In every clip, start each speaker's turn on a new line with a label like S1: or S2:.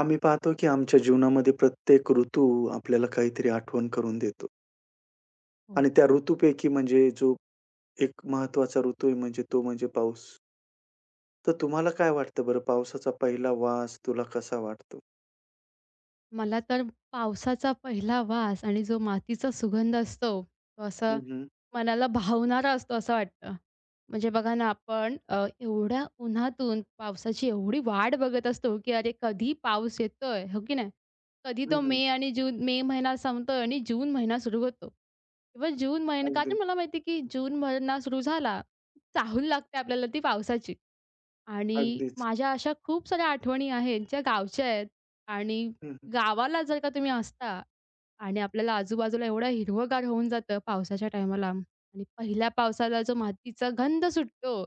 S1: आम्ही पाहतो की आमच्या जीवनामध्ये प्रत्येक ऋतू आपल्याला काहीतरी आठवण करून देतो
S2: हो.
S1: आणि त्या ऋतूपैकी म्हणजे जो एक महत्वाचा ऋतू आहे म्हणजे तो म्हणजे पाऊस. तर तुम्हाला काय वाटतं बरं पावसाचा पहिला वास तुला कसा वाटतो?
S2: मला तर पावसाचा पहिला वास आणि जो मातीचा सुगंध असतो, तो असा
S1: हं, हं.
S2: मनाला भावणारा असतो असं वाटतं. म्हणजे बघा ना, आपण एवढ्या उन्हातून पावसाची एवढी वाट बघत असतो, की अरे कधी पाऊस येतोय, हो की नाही? कधी तो मे आणि जून मे महिना संपतोय आणि जून महिना सुरू होतो किंवा जून महिना
S1: अगदी,
S2: कारण मला माहिती की जून महिना सुरू झाला, चाहूल लागते आपल्याला ती पावसाची. आणि
S1: अगदीच.
S2: माझ्या अशा खूप साऱ्या आठवणी आहेत, ज्या गावच्या आहेत आणि
S1: हं,
S2: गावाला जर का तुम्ही असता आणि आपल्याला आजूबाजूला एवढं हिरवंगार होऊन जातं पावसाच्या टायमाला आणि पहिल्या पावसाला जो मातीचा गंध सुटतो,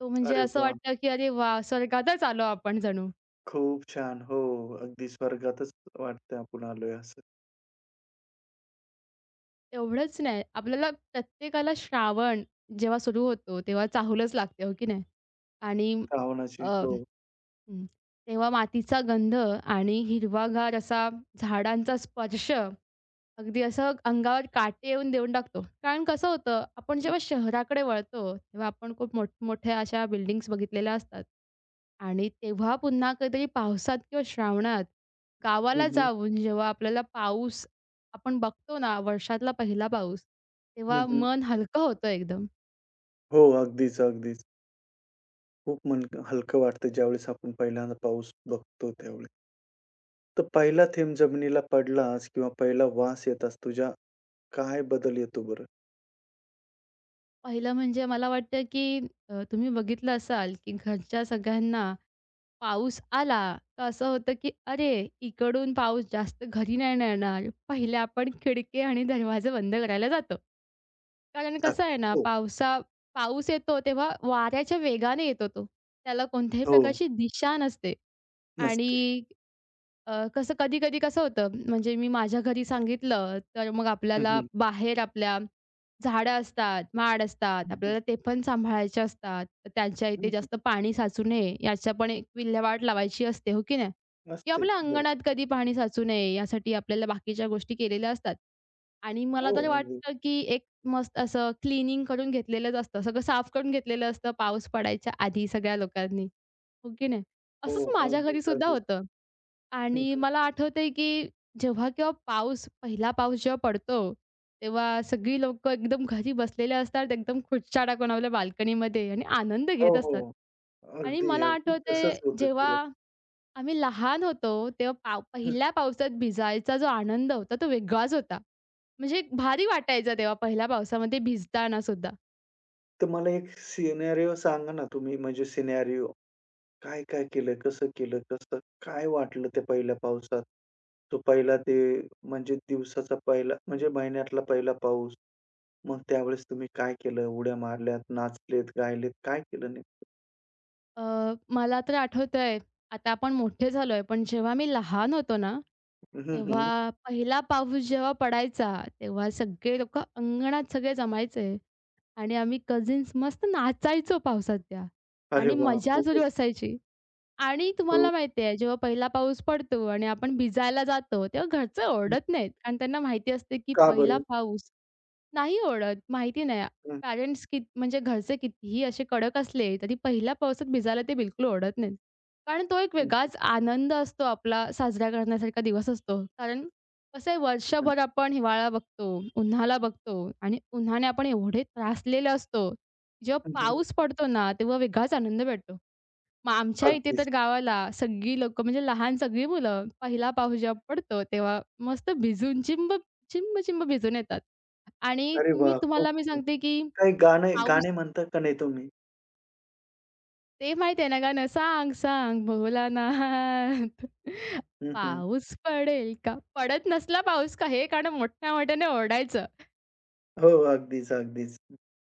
S2: तो म्हणजे
S1: अरे
S2: असं
S1: वाह!
S2: वाटतं, की अरे वाह! स्वर्गातच आलो आपण जणू.
S1: खूप छान. हो, अगदी स्वर्गातच वाटतं आपण आलोय असं.
S2: एवढंच नाही, आपल्याला प्रत्येकाला श्रावण जेव्हा सुरू होतो, तेव्हा चाहूलच लागते, हो की नाही? आणि
S1: श्रावणाची
S2: अ,
S1: हो.
S2: हं, तेव्हा मातीचा गंध आणि हिरवागार असा झाडांचा स्पर्श अगदी असं अंगावर काटे येऊन देऊन टाकतो. कारण कसं होतं, आपण जेव्हा शहराकडे वळतो, तेव्हा आपण खूप मोठमोठ्या अशा बिल्डिंग्स बघितलेल्या असतात. आणि तेव्हा पुन्हा कधीतरी पावसात किंवा श्रावणात
S1: हं,
S2: गावाला
S1: हं.
S2: जाऊन जेव्हा आपल्याला पाऊस आपण बघतो ना, वर्षातला पहिला पाऊस, तेव्हा मन हलकं होतं एकदम.
S1: हो, अगदीच, अगदीच. खूप मन हलकं वाटतं ज्यावेळेस आपण पहिल्यांदा पाऊस बघतो त्यावेळेस. तर पहिला थेंब जमिनीला पडलास किंवा पहिला वास येताच तुझ्या काय बदल येतो बरं?
S2: पहिलं म्हणजे मला वाटतं, की तुम्ही बघितलं असाल, की घरच्या सगळ्यांना पाऊस आला, तर असं होतं की "अरे, इकडून पाऊस जास्त घरी नाही ना येणार." पहिले आपण खिडकी आणि दरवाजे बंद करायला जातो. कारण
S1: टाक.
S2: कसं आहे ना,
S1: हो,
S2: पाऊस येतो तेव्हा वाऱ्याच्या वेगाने येतो तो. त्याला कोणत्याही
S1: हो.
S2: प्रकारची दिशा नसते
S1: नसते.
S2: आणि कसं कधी-कधी कसं होतं, म्हणजे मी माझ्या घरी सांगितलं, तर मग
S1: हं,
S2: आपल्याला
S1: हं.
S2: बाहेर आपल्या झाडं असतात, माड असतात,
S1: हं, हं.
S2: आपल्याला ते पण सांभाळायचे असतात. तर त्यांच्या
S1: हं,
S2: इथे
S1: हं.
S2: जास्त पाणी साचू नये, याच्या पण एक विल्हेवाट लावायची असते, हो की नाही? किंवा
S1: नसते.
S2: आपल्या
S1: हो.
S2: अंगणात कधी पाणी साचू नये, यासाठी आपल्याला बाकीच्या गोष्टी केलेल्या असतात. आणि मला
S1: हो,
S2: तर
S1: अगदी.
S2: वाटतं, की एक मस्त असं क्लीनिंग करून घेतलेलंच असतं. सगळं साफ करून घेतलेलं असतं पाऊस पडायच्या आधी सगळ्या लोकांनी, हो की नाही?
S1: हो,
S2: असंच माझ्या घरी
S1: अगदीच,
S2: सुद्धा
S1: अगदीच.
S2: होतं.
S1: हं,
S2: आणि
S1: हं.
S2: मला आठवतंय, की जेव्हा केव्हा पाऊस, पहिला पाऊस जेव्हा पडतो, तेव्हा सगळी लोकं एकदम घरी बसलेले असतात, एकदम खुर्च्या टाकून आपल्या बाल्कनीमध्ये आणि आनंद
S1: हो,
S2: घेत असतात.
S1: हो.
S2: आणि
S1: अगदी,
S2: मला
S1: अगदी तसंच
S2: आठवतंय,
S1: होतं
S2: जेव्हा
S1: खरं.
S2: आम्ही लहान होतो, तेव्हा
S1: हं.
S2: पहिल्या पावसात भिजायचा जो आनंद होता, तो वेगळाच होता. म्हणजे एक भारी वाटायचा तेव्हा पहिल्या पावसामध्ये भिजताना सुद्धा.
S1: तर मला एक सिनेरिओ सांगा ना तुम्ही म्हणजे सिनेरिओ? काय-काय केलं? कसं केलं? कसं काय वाटलं त्या पहिल्या पावसात? तो पहिला ते म्हणजे दिवसाचा पहिला म्हणजे महिन्यातला पहिला पाऊस. मग त्यावेळेस तुम्ही काय केलं? उड्या मारल्यात, नाचलेत, गायलेत, काय केलं नेमकं?
S2: अ, मला तर आठवतंय, आता आपण मोठे झालोय, पण जेव्हा मी लहान होतो ना,
S1: हं, हं.
S2: तेव्हा पहिला पाऊस जेव्हा पडायचा, तेव्हा सगळे लोकं अंगणात सगळे जमायचे आणि आम्ही कझिन्स मस्त नाचायचो पावसात त्या
S1: अरे
S2: आणि
S1: वाह!
S2: मजा सुरू
S1: खूपच
S2: असायची. आणि
S1: हो.
S2: तुम्हाला माहिती आहे, जेव्हा पहिला पाऊस पडतो आणि आपण भिजायला जातो, तेव्हा घरचे
S1: हं.
S2: ओरडत नाहीत. कारण त्यांना माहिती असते, की
S1: का
S2: पहिला
S1: बरं?
S2: पाऊस नाही ओळखत. माहिती नाही.
S1: हं,
S2: पॅरेंट्स कित म्हणजे घरचे कितीही असे कडक असले, तरी पहिल्या पावसात भिजायला ते बिलकुल ओरडत नाहीत. कारण तो एक
S1: हं, हं.
S2: वेगळाच आनंद असतो आपला साजरा करण्यासारखा दिवस असतो. कारण कसं आहे वर्षभर आपण हिवाळा बघतो, उन्हाळा बघतो आणि उन्हाने आपण एवढे त्रासलेले असतो.
S1: हं,
S2: जेव्हा
S1: हं.
S2: पाऊस पडतो ना, तेव्हा वेगळाच आनंद भेटतो. मग आमच्या इथे
S1: अगदीच.
S2: तर गावाला सगळी लोकं म्हणजे लहान सगळी मुलं पहिला पाऊस जेव्हा पडतो तेव्हा मस्त भिजून चिंब, चिंब-चिंब भिजून येतात. आणि
S1: अरे वाह! खूप
S2: तुम्हाला मी
S1: छान.
S2: सांगते, की
S1: काही गाणे गाणे
S2: पाऊस
S1: म्हणता का नाही तुम्ही?
S2: ते माहिती आहे ना गाणं सांग, सांग भोलानाथ
S1: हं, हं.
S2: पाऊस पडेल का? पडत नसला पाऊस का हे गाणं मोठ्या मोठ्याने ओरडायचं.
S1: हो. अगदीच, अगदीच.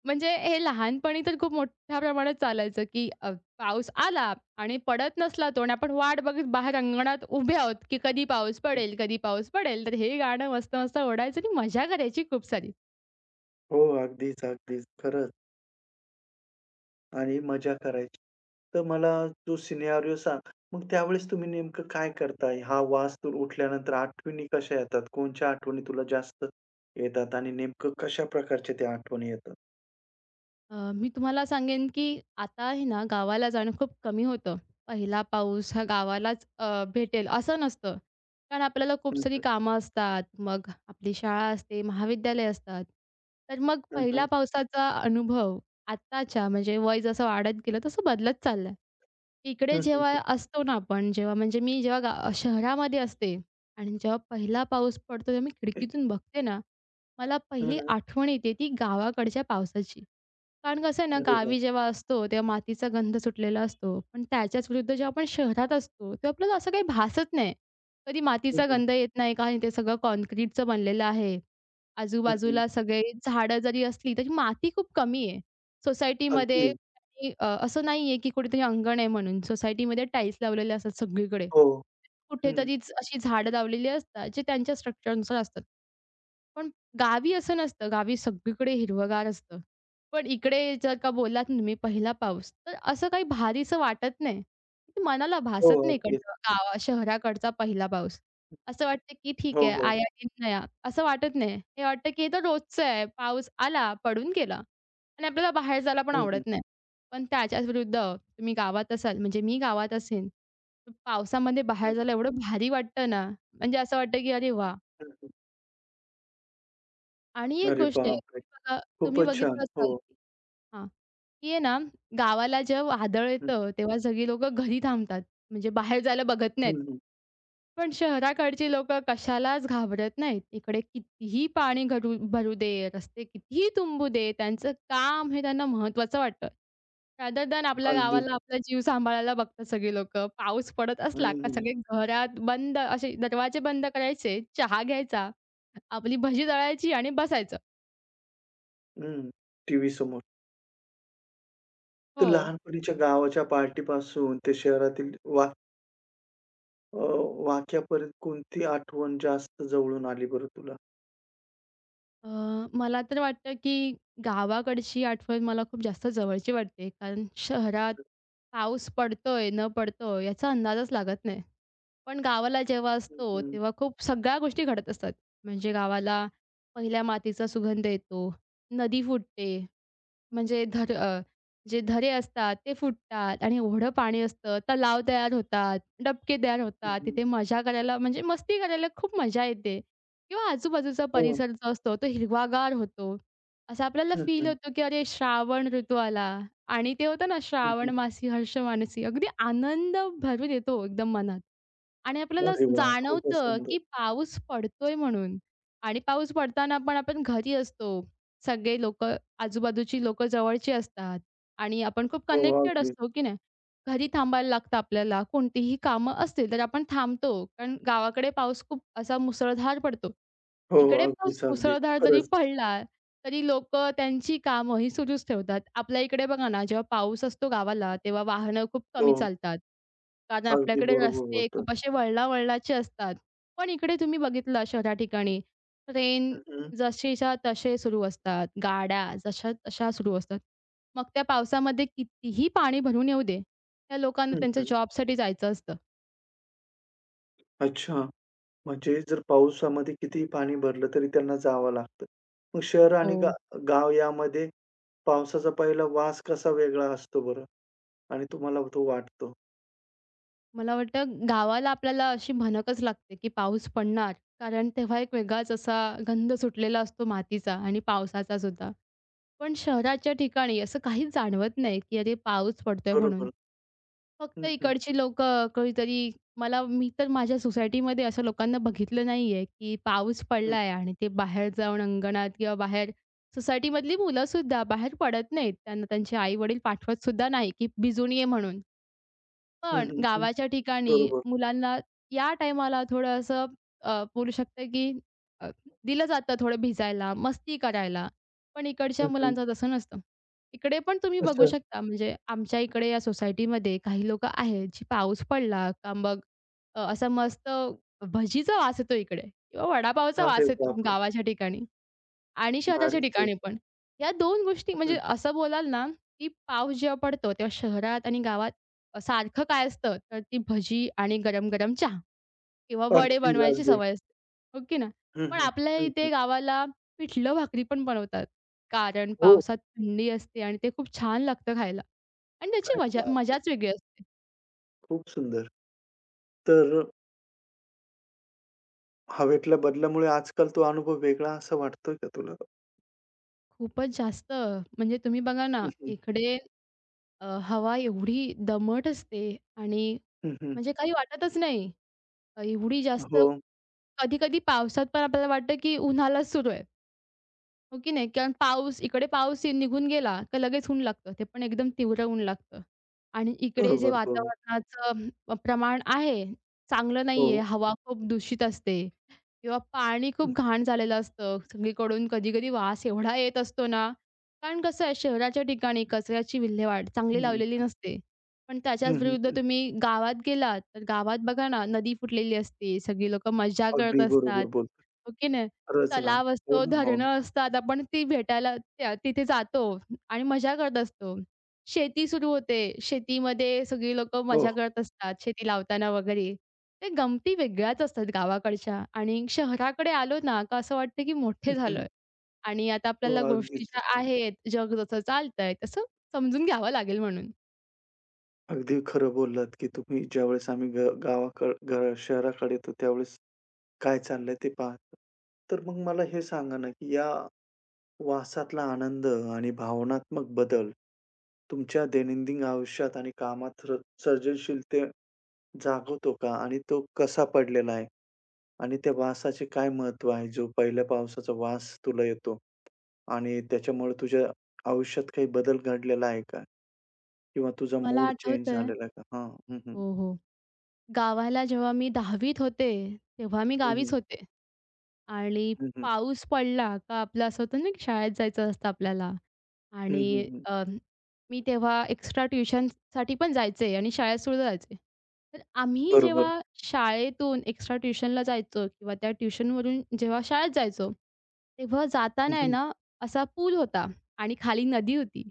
S2: म्हणजे हे लहानपणी तर खूप मोठ्या प्रमाणात चालायचं, की पाऊस आला आणि पडत नसला तो आणि आपण वाट बघत बाहेर अंगणात उभे आहोत, की कधी पाऊस पडेल, कधी पाऊस पडेल. तर हे गाणं मस्त-मस्त ओढायचं आणि मजा करायची खूप सारी.
S1: हो. अगदीच, अगदीच. खरंच. आणि मजा करायची. तर मला तो सिनेरिओ सांग. मग त्यावेळेस तुम्ही नेमकं काय करताय? हा वास तर उठल्यानंतर आठवणी कशा येतात? कोणच्या आठवणी तुला जास्त येतात आणि नेमकं कशा प्रकारच्या त्या आठवणी येतात?
S2: मी तुम्हाला सांगेन, की आता आहे ना, गावाला जाणं खूप कमी होतं. पहिला पाऊस हा गावालाच भेटेल असं नसतं. कारण आपल्याला खूप
S1: हं,
S2: सारी
S1: हं.
S2: कामं असतात. मग आपली शाळा असते, महाविद्यालय असतात. तर मग
S1: हं,
S2: पहिल्या
S1: हं.
S2: पावसाचा अनुभव आत्ताच्या म्हणजे वय जसं वाढत गेलं तसं बदलत चाललाय. इकडे
S1: हं, हं,
S2: जेव्हा
S1: हं.
S2: असतो ना आपण, जेव्हा म्हणजे मी जेव्हा शहरामध्ये असते आणि जेव्हा पहिला पाऊस पडतो, तेव्हा मी खिडकीतून बघते ना, मला
S1: हं,
S2: पहिली
S1: हं.
S2: आठवण येते ती गावाकडच्या पावसाची. कारण कसं आहे ना,
S1: अरे वाह!
S2: गावी जेव्हा असतो, तेव्हा मातीचा गंध सुटलेला असतो. पण त्याच्याच विरुद्ध जेव्हा आपण शहरात असतो, तेव्हा आपल्याला असं काही भासत नाही. कधी
S1: हं,
S2: मातीचा
S1: हं.
S2: गंध येत नाही, काही नाही. ते सगळं काँक्रीटचं बनलेलं आहे.
S1: हं, हं.
S2: आजूबाजूला सगळे झाडं जरी असली, तरी माती खूप कमी आहे.
S1: अगदी.
S2: सोसायटीमध्ये आणि असं नाहीये, की कुठेतरी अंगण आहे म्हणून. सोसायटीमध्ये टाईल्स लावलेले असतात सगळीकडे.
S1: हो. हं.
S2: कुठेतरीच अशी झाडं लावलेली असतात, जे त्यांच्या स्ट्रक्चरनुसार असतात. पण गावी असं नसतं. गावी सगळीकडे हिरवंगार असतं. पण इकडे जर का बोललात ना तुम्ही पहिला पाऊस, तर असं काही भारीसं वाटत नाही. ते मनाला
S1: हो,
S2: भासत नाही
S1: अगदी.
S2: इकडचं शहराकडचा पहिला पाऊस. असं वाटतं की ठीक
S1: हो,
S2: आहे,
S1: हो.
S2: आया दिन नया असं वाटत नाही. हे वाटतं की हे तर रोजचं आहे. पाऊस आला, पडून गेला आणि आपल्याला बाहेर जायला पण
S1: हं, हं.
S2: आवडत नाही. पण त्याच्याच विरुद्ध तुम्ही गावात असाल, म्हणजे मी गावात असेन, तर पावसामध्ये
S1: हं,
S2: बाहेर
S1: हं.
S2: जायला एवढं भारी वाटतं ना, म्हणजे असं वाटतं की अरे वाह!
S1: हं, हं.
S2: आणि एक
S1: अरे
S2: गोष्ट आहे,
S1: बापरे!
S2: तुम्ही
S1: खूपच छान.
S2: बघितलं
S1: हो.
S2: असाल की हां, की आहे ना, गावाला जेव्हा वादळ
S1: हं.
S2: येतं, तेव्हा सगळी लोकं घरी थांबतात. म्हणजे बाहेर जायला बघत
S1: हं,
S2: नाहीत.
S1: हं.
S2: पण शहराकडची लोकं कशालाच घाबरत नाहीत. इकडे कितीही पाणी भरू दे, रस्ते कितीही तुंबू दे, त्यांचं काम हे त्यांना महत्त्वाचं वाटतं. रादर दॅन आपल्या
S1: अगदी.
S2: गावाला आपला जीव सांभाळायला बघतात सगळी लोकं. पाऊस पडत
S1: हं,
S2: असला का
S1: हं.
S2: सगळे घरात बंद असे दरवाजे बंद करायचे, चहा घ्यायचा, आपली भजी तळायची आणि बसायचं.
S1: हं. टीव्ही समोर. तर
S2: हो.
S1: लहानपणीच्या गावाच्या पार्टीपासून ते शहरातील अ, वाक्यापर्यंत कोणती आठवण जास्त जवळून आली बरं तुला?
S2: अ, मला तर वाटतं, की गावाकडची आठवण मला खूप जास्त जवळची वाटते. कारण शहरात पाऊस पडतोय, न पडतोय याचा अंदाजच लागत नाही. पण गावाला जेव्हा असतो,
S1: हं,
S2: तेव्हा खूप सगळ्या गोष्टी घडत असतात. म्हणजे गावाला पहिल्या मातीचा सुगंध येतो, नदी फुटते, म्हणजे धर अ, जे धरे असतात ते फुटतात आणि एवढं पाणी असतं, तलाव तयार होतात, डबके तयार
S1: हं,
S2: होतात.
S1: हं.
S2: तिथे मजा करायला म्हणजे मस्ती करायला खूप मजा येते किंवा आजूबाजूचा
S1: हो.
S2: परिसर जो असतो तो हिरवागार होतो. असं आपल्याला
S1: हं,
S2: फील
S1: हं.
S2: होतो, की अरे श्रावण ऋतू आला आणि ते होतं ना
S1: हं, हं.
S2: श्रावण मासी हर्ष मानसी अगदी आनंद भरून येतो एकदम मनात. आणि आपल्याला
S1: अरे वाह! खूपच
S2: जाणवतं,
S1: सुंदर.
S2: की पाऊस पडतोय म्हणून आणि पाऊस पडताना पण आपण घरी असतो. सगळे लोकं, आजूबाजूची लोकं जवळची असतात आणि आपण खूप
S1: हो,
S2: कनेक्टेड
S1: अगदीच.
S2: असतो, की नाही? घरी थांबायला लागतं आपल्याला. कोणतीही कामं असतील तर आपण थांबतो. कारण गावाकडे पाऊस खूप असा मुसळधार पडतो.
S1: हो,
S2: इकडे पाऊस
S1: अगदीच, अगदीच.
S2: मुसळधार जरी
S1: खरंच.
S2: पडला, तरी लोक त्यांची कामं ही सुरूच ठेवतात. आपल्या इकडे बघा ना, जेव्हा पाऊस असतो गावाला, तेव्हा वाहनं खूप
S1: हो,
S2: कमी चालतात. कारण
S1: अगदी
S2: आपल्याकडे
S1: बरोबर
S2: रस्ते
S1: बोलतोय.
S2: खूप असे वळला-वळलाचे असतात. पण इकडे तुम्ही बघितलं शहरा ठिकाणी, ट्रेन
S1: हं, हं.
S2: जशीच्या तसे सुरू असतात, गाड्या जशा तशा सुरू असतात. मग त्या पावसामध्ये कितीही पाणी भरून येऊ दे, त्या लोकांना
S1: हं,
S2: त्यांच्या
S1: हं.
S2: जॉबसाठी जायचं असतं.
S1: अच्छा. म्हणजे जर पावसामध्ये कितीही पाणी भरलं तरी त्यांना जावं लागतं. मग शहर
S2: हो.
S1: आणि गाव यामध्ये पावसाचा पहिला वास कसा वेगळा असतो बरं? आणि तुम्हाला तो वाटतो.
S2: मला वाटतं गावाला आपल्याला अशी भनकच लागते, की पाऊस पडणार. कारण तेव्हा एक वेगळाच असा गंध सुटलेला असतो मातीचा आणि पावसाचासुद्धा. पण शहराच्या ठिकाणी असं काहीच जाणवत नाही, की अरे पाऊस पडतोय म्हणून.
S1: बरोबर.
S2: फक्त
S1: हं, हं,
S2: इकडची लोकं कधीतरी मी तर माझ्या सोसायटीमध्ये अशा लोकांना बघितलं नाहीये, की पाऊस
S1: हं,
S2: पडलाय आणि ते बाहेर जाऊन अंगणात किंवा बाहेर सोसायटीमधली मुलंसुद्धा बाहेर पडत नाहीत. त्यांना त्यांचे आई-वडील पाठवतसुद्धा नाही, की भिजून ये म्हणून.
S1: हं,
S2: पण
S1: हं, हं.
S2: गावाच्या ठिकाणी
S1: बरोबर.
S2: मुलांना या टाईमाला थोडं असं बोलू शकते की अ, दिलं जातं थोडं भिजायला, मस्ती करायला. पण इकडच्या
S1: हं, हं.
S2: मुलांचं तसं नसतं. इकडे पण तुम्ही बघू
S1: असं.
S2: शकता म्हणजे आमच्या इकडे या सोसायटीमध्ये काही लोकं आहेत, जी पाऊस पडला का मग असा मस्त भजीचा वास येतो इकडे किंवा वडापावचा
S1: अरे
S2: वास येतो
S1: बापरे!
S2: गावाच्या ठिकाणी. आणि शहराच्या
S1: भारीच आहे.
S2: ठिकाणी पण. या दोन गोष्टी
S1: हं,
S2: म्हणजे
S1: हं.
S2: असं बोलाल ना, की पाऊस जेव्हा पडतो तेव्हा शहरात आणि गावात सारखं काय असतं, तर ती भजी आणि गरम-गरम चहा किंवा वडे
S1: अगदी,
S2: बनवायची
S1: अगदी.
S2: सवय असते. हो की ना
S1: हं,
S2: पण
S1: हं,
S2: आपल्या
S1: हं, हं.
S2: इथे गावाला पिठलं भाकरी पण बनवतात. कारण
S1: हो.
S2: पावसात थंडी असते आणि ते खूप छान लागतं खायला. आणि त्याची
S1: अरे बापरे!
S2: मजाच वेगळी असते.
S1: खूप सुंदर. तर हवेतल्या बदलामुळे आजकाल तो अनुभव वेगळा असा वाटतोय का तुला?
S2: खूपच जास्त म्हणजे तुम्ही बघा ना,
S1: हं, हं.
S2: इकडे हवा एवढी दमट असते आणि
S1: हं, हं.
S2: म्हणजे काही वाटतच नाही. एवढी जास्त
S1: हो.
S2: कधी-कधी पावसात पण आपल्याला वाटतं, की उन्हालाच सुरू आहे. हो की नाही? कारण पाऊस निघून गेला, तर लगेच ऊन लागतं. ते पण एकदम तीव्र ऊन लागतं. आणि इकडे जे
S1: बरोबर, बरोबर.
S2: वातावरणाचं प्रमाण आहे, चांगलं
S1: हो.
S2: नाहीये. हवा खूप दूषित असते किंवा पाणी
S1: हं,
S2: खूप घाण झालेलं असतं. सगळीकडून कधी-कधी वास एवढा येत असतो ना, कारण कसं आहे शहराच्या ठिकाणी कचऱ्याची विल्हेवाट चांगली लावलेली
S1: हं,
S2: नसते. पण
S1: हं,
S2: त्याच्याच
S1: हं,
S2: विरुद्ध
S1: हं.
S2: तुम्ही गावात गेलात, तर गावात बघा ना, नदी फुटलेली असते. सगळी लोकं मज्जा करत
S1: अगदी बरोबर
S2: असतात.
S1: बोल.
S2: हो की
S1: खरंच ना.
S2: तलाव
S1: हो
S2: असतो,
S1: ना, हो ना.
S2: धरणं असतात. आपण ती भेटायला त्या तिथे जातो आणि मजा करत असतो. शेती सुरू होते. शेतीमध्ये सगळी लोकं
S1: हो.
S2: मजा
S1: हो.
S2: करत असतात, शेती लावताना वगैरे. ते गमती वेगळ्याच असतात गावाकडच्या आणि शहराकडे आलो ना, का असं वाटतं की
S1: हं,
S2: मोठे
S1: हं.
S2: झालोय आणि आता
S1: हो,
S2: आपल्याला गोष्टी ज्या
S1: अगदीच.
S2: आहेत, जग जसं चालतंय तसं समजून घ्यावं लागेल म्हणून.
S1: अगदी खरं बोललात, की तुम्ही ज्यावेळेस आम्ही गावाकड शहराकडे येतो त्यावेळेस काय चाललंय ते पाहतो. तर मग मला हे सांगा ना, की या वासातला आनंद आणि भावनात्मक बदल तुमच्या दैनंदिन आयुष्यात आणि कामात सर्जनशीलते जागवतो का आणि तो कसा पडलेला आहे? आणि त्या वासाचे काय महत्त्व आहे? जो पहिल्या पावसाचा वास तुला येतो आणि त्याच्यामुळे तुझ्या आयुष्यात काही बदल घडलेला आहे का? किंवा तुझा
S2: मला
S1: मूड चेंज
S2: आठवतंय
S1: झालेला आहे का? हां. हं, हं.
S2: हो, हो. गावाला जेव्हा मी 10वीत होते, तेव्हा मी
S1: हं, हं.
S2: गावीच होते. आणि
S1: हं, हं.
S2: पाऊस पडला का आपलं असं होतं ना, की शाळेत जायचं असतं आपल्याला
S1: हं, हं,
S2: आणि
S1: हं.
S2: मी तेव्हा एक्स्ट्रा ट्युशनसाठी पण जायचे आणि शाळेत सुद्धा जायचे. तर आम्ही
S1: बरोबर.
S2: जेव्हा शाळेतून एक्स्ट्रा ट्युशनला जायचो किंवा त्या ट्युशनवरून जेव्हा शाळेत जायचो, तेव्हा
S1: हं,
S2: जाताना आहे
S1: हं.
S2: ना, असा पूल होता आणि खाली नदी होती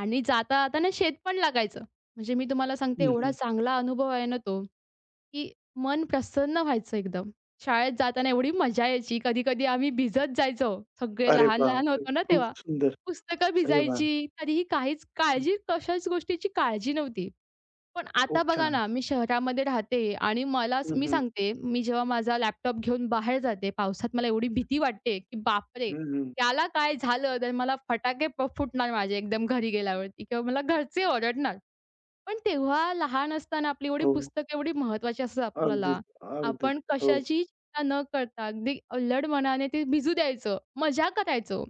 S2: आणि जाता-जाताना शेत पण लागायचं. म्हणजे मी तुम्हाला सांगते
S1: हं,
S2: एवढा
S1: हं.
S2: चांगला अनुभव आहे ना तो. की मन प्रसन्न व्हायचं एकदम. शाळेत जाताना एवढी मजा यायची. कधी-कधी आम्ही भिजत जायचो. सगळे
S1: अरे
S2: लहान-लहान
S1: बापरे!
S2: होतो ना
S1: खूप
S2: तेव्हा.
S1: सुंदर.
S2: पुस्तकं
S1: अरे वाह!
S2: भिजायची. तरीही काहीच
S1: हं.
S2: काळजी कशाच गोष्टीची काळजी नव्हती. पण
S1: खूप
S2: आता बघा
S1: छान.
S2: ना, मी शहरामध्ये राहते आणि
S1: हं,
S2: मी
S1: हं.
S2: सांगते, मी जेव्हा माझा लॅपटॉप घेऊन बाहेर जाते पावसात मला एवढी भीती वाटते, की बापरे!
S1: हं, हं.
S2: त्याला काय झालं तर मला फटाके प फुटणार माझे एकदम घरी गेल्यावरती किंवा मला घरचे ओरडणार. पण तेव्हा लहान असताना आपली एवढी
S1: हो.
S2: पुस्तकं एवढी महत्वाची असतात आपल्याला.
S1: अगदीच, अगदीच.
S2: आपण
S1: हो,
S2: कशाची चिंता न करता अगदी अल्लड मनाने ते भिजू द्यायचं, मजा करायचो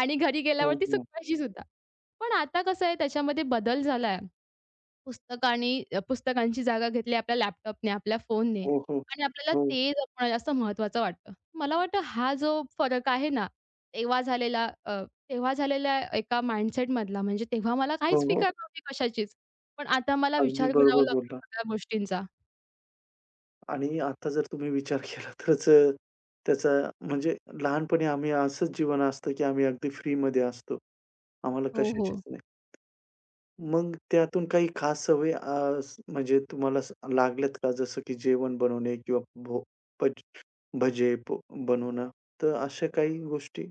S2: आणि घरी
S1: हो,
S2: गेल्यावरती
S1: हो.
S2: सुकवायची सुद्धा. पण आता कसं आहे त्याच्यामध्ये बदल झालाय. पुस्तकांची जागा घेतली आपल्या लॅपटॉपने, आपल्या फोनने
S1: हो, हो.
S2: आणि आपल्याला
S1: हो,
S2: ते जपणं जास्त महत्त्वाचं वाटतं. मला वाटतं हा जो फरक आहे ना, तेव्हा झालेला अ, तेव्हा झालेल्या एका माइंडसेटमधला म्हणजे तेव्हा मला
S1: हो,
S2: काहीच
S1: हो.
S2: फिकर नव्हती कशाचीच. पण आता मला
S1: अगदी
S2: विचार करावा
S1: बरोबर
S2: लागतो
S1: बोललात.
S2: सगळ्या गोष्टींचा.
S1: आणि आता जर तुम्ही विचार केला तरच, त्याचा म्हणजे लहानपणी आम्ही असंच जीवन असतं, की आम्ही अगदी फ्रीमध्ये असतो. आम्हाला
S2: हो, हो.
S1: कशाचीच नाही. मग त्यातून काही खास सवयी अ, स म्हणजे तुम्हाला लागल्यात का? जसं की जेवण बनवणे किंवा भो भज भजे बनवणं. तर अशा काही गोष्टी?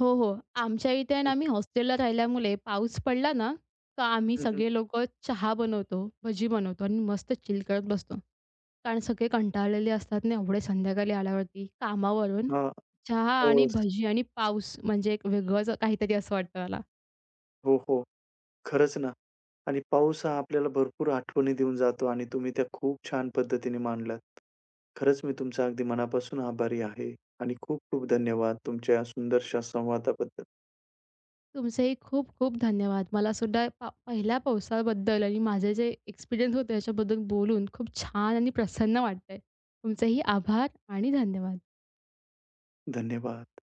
S2: हो, हो. आमच्या इथे ना,
S1: हं,
S2: आम्ही हॉस्टेलला राहिल्यामुळे पाऊस पडला ना, तर आम्ही
S1: हं, हं.
S2: सगळे लोकं चहा बनवतो, भजी बनवतो आणि मस्त चिल करत बसतो. कारण सगळे कंटाळलेले असतात ना एवढे संध्याकाळी आल्यावरती कामावरून.
S1: हां.
S2: चहा
S1: हो,
S2: आणि भजी आणि पाऊस म्हणजे एक वेगळंच काहीतरी असं वाटतं मला.
S1: हो, हो. खरंच ना. आणि पाऊस हा आपल्याला भरपूर आठवणी देऊन जातो आणि तुम्ही त्या खूप छान पद्धतीने मांडल्यात. खरंच मी तुमचा अगदी मनापासून आभारी आहे आणि खूप खूप धन्यवाद तुमच्या या सुंदरशा संवादाबद्दल.
S2: तुमचेही खूप खूप धन्यवाद. मला सुद्धा पहिल्या पावसाबद्दल आणि माझे जे एक्सपिरियन्स होते याच्याबद्दल बोलून खूप छान आणि प्रसन्न वाटतंय. तुमचेही आभार आणि धन्यवाद.
S1: धन्यवाद.